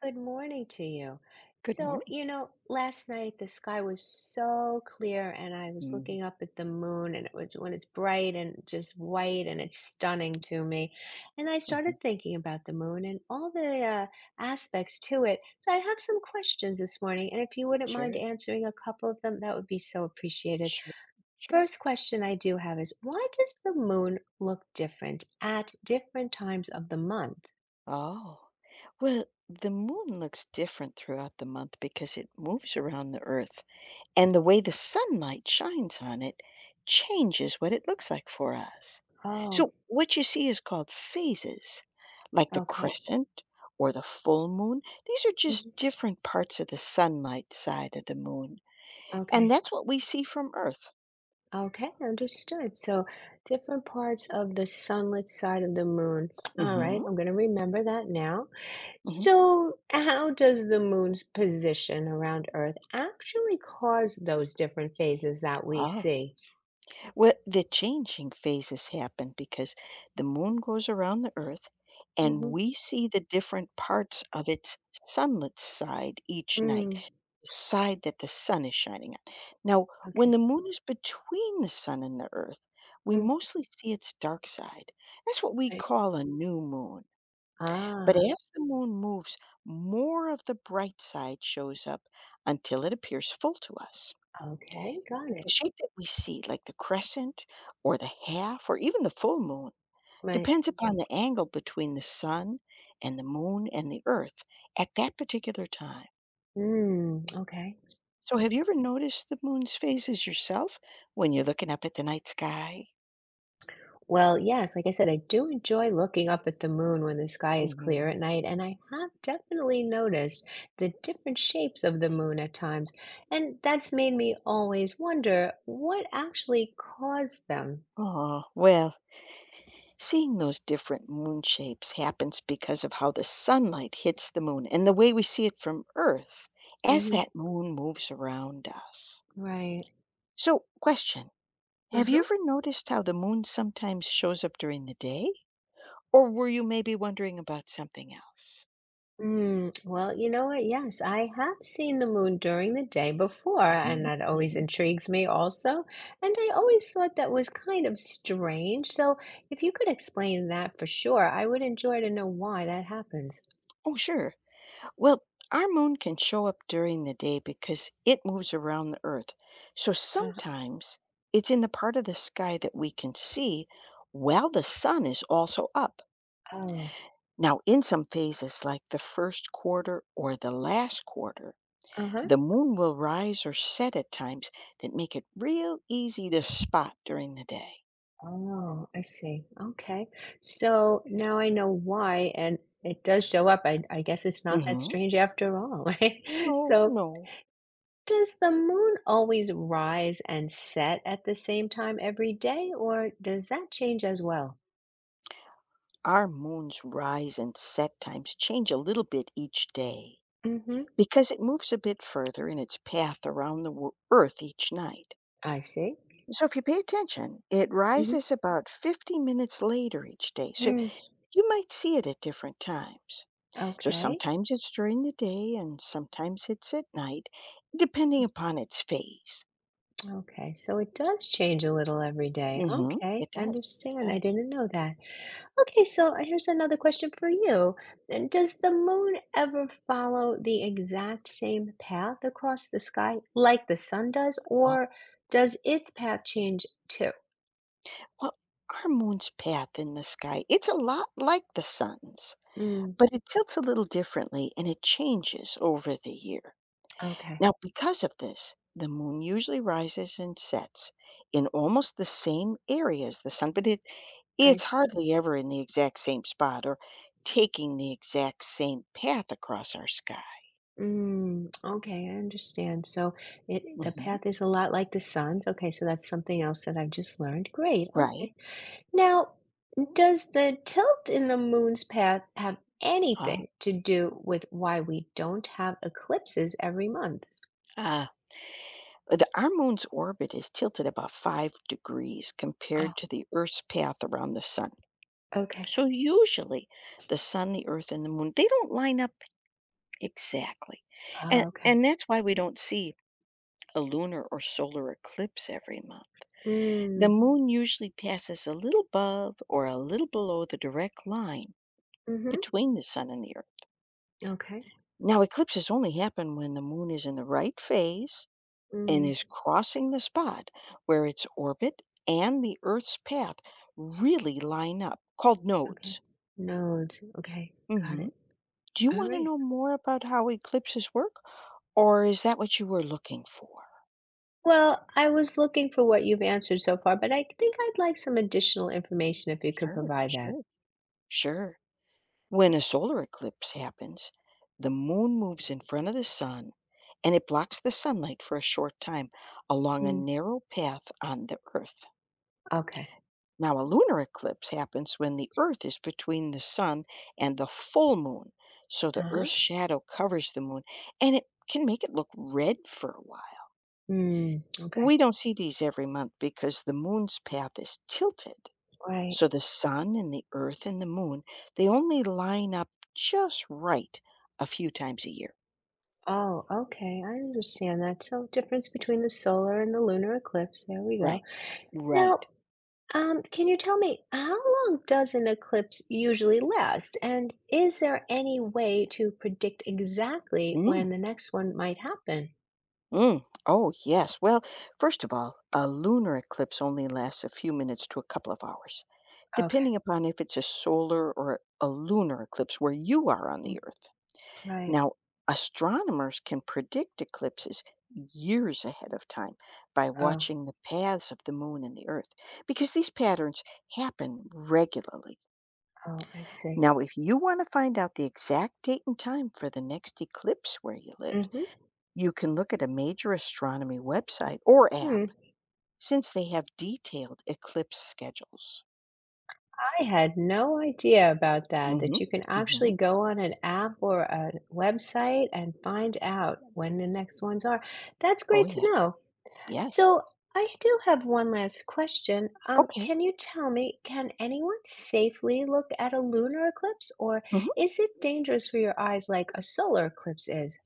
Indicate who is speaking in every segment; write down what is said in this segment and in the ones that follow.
Speaker 1: Good morning to you.
Speaker 2: Good morning.
Speaker 1: Last night the sky was so clear and I was
Speaker 2: Mhm,
Speaker 1: looking up at the moon and it was when it's bright and just white and it's stunning to me. And I
Speaker 2: mhm.
Speaker 1: started thinking about the moon and all the aspects to it. So I have some questions this morning, and if you wouldn't mind
Speaker 2: Sure,
Speaker 1: answering a couple of them, that would be so appreciated.
Speaker 2: sure, sure.
Speaker 1: First question I do have is why does the moon look different at different times of the month?
Speaker 2: Oh, well, the moon looks different throughout the month because it moves around the earth, and the way the sunlight shines on it changes what it looks like for us.
Speaker 1: Oh,
Speaker 2: So, what you see is called phases, like the
Speaker 1: okay.
Speaker 2: crescent or the full moon. These are just
Speaker 1: Mhm.
Speaker 2: different parts of the sunlight side of the moon, and
Speaker 1: Okay.
Speaker 2: that's what we see from Earth.
Speaker 1: Okay, understood. So different parts of the sunlit side of the moon. All
Speaker 2: Mm-hmm.
Speaker 1: right, I'm going to remember that now.
Speaker 2: hmm
Speaker 1: So, how does the moon's position around Earth actually cause those different phases that we
Speaker 2: Oh.
Speaker 1: see?
Speaker 2: Well, the changing phases happen because the moon goes around the earth
Speaker 1: Mm
Speaker 2: and
Speaker 1: hmm
Speaker 2: we see the different parts of its sunlit side each night,
Speaker 1: Mm,
Speaker 2: the side that the sun is shining on. Now, when
Speaker 1: okay.
Speaker 2: the moon is between the sun and the earth, we
Speaker 1: Mm.
Speaker 2: mostly see its dark side. That's what we
Speaker 1: Right.
Speaker 2: call a new moon. But
Speaker 1: Ah,
Speaker 2: as the moon moves, more of the bright side shows up until it appears full to us.
Speaker 1: okay, got
Speaker 2: The
Speaker 1: it.
Speaker 2: shape that we see, like the crescent or the half or even the full moon,
Speaker 1: Right.
Speaker 2: depends upon the angle between the sun and the moon and the earth at that particular time.
Speaker 1: Mm, okay.
Speaker 2: So, have you ever noticed the moon's phases yourself when you're looking up at the night sky?
Speaker 1: Well, yes, like I said, I do enjoy looking up at the moon when the sky is clear at
Speaker 2: hmm
Speaker 1: night, and I have definitely noticed the different shapes of the moon at times, and that's made me always wonder what actually caused them.
Speaker 2: Oh, well, seeing those different moon shapes happens because of how the sunlight hits the moon and the way we see it from Earth as
Speaker 1: Hmm.
Speaker 2: that moon moves around us.
Speaker 1: Right.
Speaker 2: So, question. Have you
Speaker 1: Uh-huh.
Speaker 2: ever noticed how the moon sometimes shows up during the day? Or were you maybe wondering about something else?
Speaker 1: Mm, well, you know what? Yes, I have seen the moon during the day before, and
Speaker 2: Mhm,
Speaker 1: that always
Speaker 2: mhm.
Speaker 1: intrigues me also. And I always thought that was kind of strange. So if you could explain that for sure, I would enjoy to know why that happens.
Speaker 2: Oh, sure. Well, our moon can show up during the day because it moves around the Earth. So
Speaker 1: Uh,
Speaker 2: sometimes it's in the part of the sky that we can see while the sun is also up.
Speaker 1: oh,
Speaker 2: Now, in some phases, like the first quarter or the last quarter,
Speaker 1: uh-huh.
Speaker 2: the moon will rise or set at times that make it real easy to spot during the day.
Speaker 1: Oh, I see. Okay. So now I know why, and it does show up. I guess it's not that
Speaker 2: hmm
Speaker 1: strange after all, right?
Speaker 2: No,
Speaker 1: So
Speaker 2: no.
Speaker 1: does the moon always rise and set at the same time every day, or does that change as well?
Speaker 2: Our moon's rise and set times change a little bit each day
Speaker 1: Hmm.
Speaker 2: because it moves a bit further in its path around the Earth each night.
Speaker 1: I see.
Speaker 2: So if you pay attention, it
Speaker 1: Hmm.
Speaker 2: rises about 50 minutes later each day. So
Speaker 1: Mm.
Speaker 2: you might see it at different times. So
Speaker 1: Okay.
Speaker 2: sometimes it's during the day and sometimes it's at night, depending upon its phase.
Speaker 1: Okay. So it does change a little every day.
Speaker 2: It
Speaker 1: Okay. I
Speaker 2: does. It
Speaker 1: understand. I
Speaker 2: does.
Speaker 1: didn't know that. Okay. So here's another question for you. And does the moon ever follow the exact same path across the sky like the sun does, or does its path change too?
Speaker 2: Well, our moon's path in the sky, it's a lot like the sun's,
Speaker 1: Mm.
Speaker 2: but it tilts a little differently and it changes over the year. Now,
Speaker 1: Okay.
Speaker 2: because of this, the moon usually rises and sets in almost the same area as the sun, but it,
Speaker 1: I.
Speaker 2: it's hardly ever in the exact same spot or taking the exact same path across our sky.
Speaker 1: Mm, okay, I understand. So it the
Speaker 2: Hmm
Speaker 1: path is a lot like the sun's. Okay, so that's something else that I've just learned. Great.
Speaker 2: Right.
Speaker 1: Okay. Now, does the tilt in the moon's path have
Speaker 2: Ah,
Speaker 1: anything to do with why we don't have eclipses every month?
Speaker 2: ah. Our moon's orbit is tilted about 5 degrees compared
Speaker 1: Oh,
Speaker 2: to the Earth's path around the sun.
Speaker 1: okay.
Speaker 2: So usually the sun, the earth, and the moon, they don't line up exactly. And
Speaker 1: Oh, okay.
Speaker 2: and that's why we don't see a lunar or solar eclipse every month. The
Speaker 1: Mm,
Speaker 2: moon usually passes a little above or a little below the direct line
Speaker 1: mm-hmm.
Speaker 2: between the sun and the earth.
Speaker 1: Okay.
Speaker 2: Now eclipses only happen when the moon is in the right phase and
Speaker 1: Mm,
Speaker 2: is crossing the spot where its orbit and the earth's path really line up, called
Speaker 1: okay.
Speaker 2: nodes.
Speaker 1: Nodes. Okay. Got
Speaker 2: Mhm.
Speaker 1: it.
Speaker 2: Do you
Speaker 1: All
Speaker 2: want to
Speaker 1: right.
Speaker 2: know more about how eclipses work, or is that what you were looking for?
Speaker 1: Well, I was looking for what you've answered so far, but I think I'd like some additional information if you could
Speaker 2: Sure,
Speaker 1: provide that.
Speaker 2: sure, sure. When a solar eclipse happens, the moon moves in front of the sun and it blocks the sunlight for a short time along a
Speaker 1: Mm.
Speaker 2: narrow path on the earth.
Speaker 1: Okay.
Speaker 2: Now, a lunar eclipse happens when the earth is between the sun and the full moon, so the
Speaker 1: Uh-huh.
Speaker 2: earth's shadow covers the moon and it can make it look red for a while.
Speaker 1: Mm, okay.
Speaker 2: We don't see these every month because the moon's path is tilted.
Speaker 1: Right.
Speaker 2: So the sun and the earth and the moon, they only line up just right a few times a year.
Speaker 1: Oh, okay, I understand that. So, difference between the solar and the lunar eclipse. There we go.
Speaker 2: Right. Right.
Speaker 1: Now, can you tell me, how long does an eclipse usually last? And is there any way to predict exactly
Speaker 2: Mm,
Speaker 1: when the next one might happen?
Speaker 2: mm. Oh, yes. Well, first of all, a lunar eclipse only lasts a few minutes to a couple of hours,
Speaker 1: Okay.
Speaker 2: depending upon if it's a solar or a lunar eclipse where you are on
Speaker 1: Mm.
Speaker 2: the earth.
Speaker 1: Right.
Speaker 2: Now, astronomers can predict eclipses years ahead of time by
Speaker 1: Oh,
Speaker 2: watching the paths of the moon and the earth because these patterns happen regularly.
Speaker 1: oh, I see.
Speaker 2: Now, if you want to find out the exact date and time for the next eclipse where you live,
Speaker 1: Mm-hmm.
Speaker 2: you can look at a major astronomy website or app
Speaker 1: Hmm.
Speaker 2: since they have detailed eclipse schedules.
Speaker 1: I had no idea about that,
Speaker 2: hmm
Speaker 1: that you can
Speaker 2: hmm
Speaker 1: actually go on an app or a website and find out when the next ones are. That's
Speaker 2: Oh,
Speaker 1: great
Speaker 2: yeah.
Speaker 1: to know.
Speaker 2: Yes.
Speaker 1: So I do have one last question.
Speaker 2: Okay.
Speaker 1: Can you tell me, can anyone safely look at a lunar eclipse, or
Speaker 2: Mm-hmm.
Speaker 1: is it dangerous for your eyes like a solar eclipse is?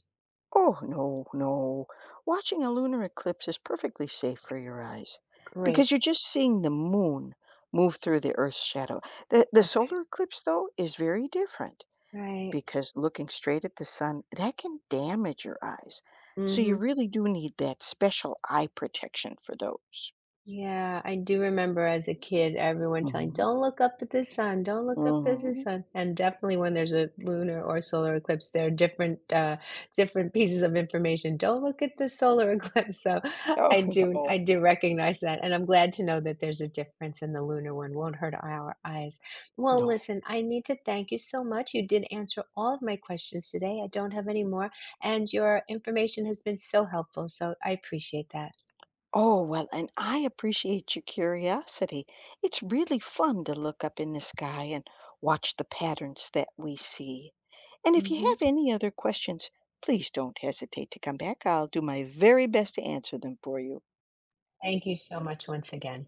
Speaker 2: Oh, no, no. Watching a lunar eclipse is perfectly safe for your eyes
Speaker 1: Great.
Speaker 2: because you're just seeing the moon move through the Earth's shadow. The
Speaker 1: Okay.
Speaker 2: solar eclipse, though, is very different
Speaker 1: Right.
Speaker 2: because looking straight at the sun, that can damage your eyes. So you
Speaker 1: Mm-hmm.
Speaker 2: really do need that special eye protection for those.
Speaker 1: Yeah, I do remember as a kid, everyone telling,
Speaker 2: hmm
Speaker 1: "Don't look up at the sun, don't look up at the
Speaker 2: hmm
Speaker 1: sun." And definitely when there's a lunar or solar eclipse, there are different different pieces of information. Don't look at the solar eclipse. So
Speaker 2: Oh, no,
Speaker 1: I do recognize that. And I'm glad to know that there's a difference and the lunar one won't hurt our eyes. Well,
Speaker 2: no.
Speaker 1: listen, I need to thank you so much. You did answer all of my questions today. I don't have any more, and your information has been so helpful. So I appreciate that.
Speaker 2: Oh, well, and I appreciate your curiosity. It's really fun to look up in the sky and watch the patterns that we see. And if you
Speaker 1: Mhm.
Speaker 2: have any other questions, please don't hesitate to come back. I'll do my very best to answer them for you.
Speaker 1: Thank you so much once again.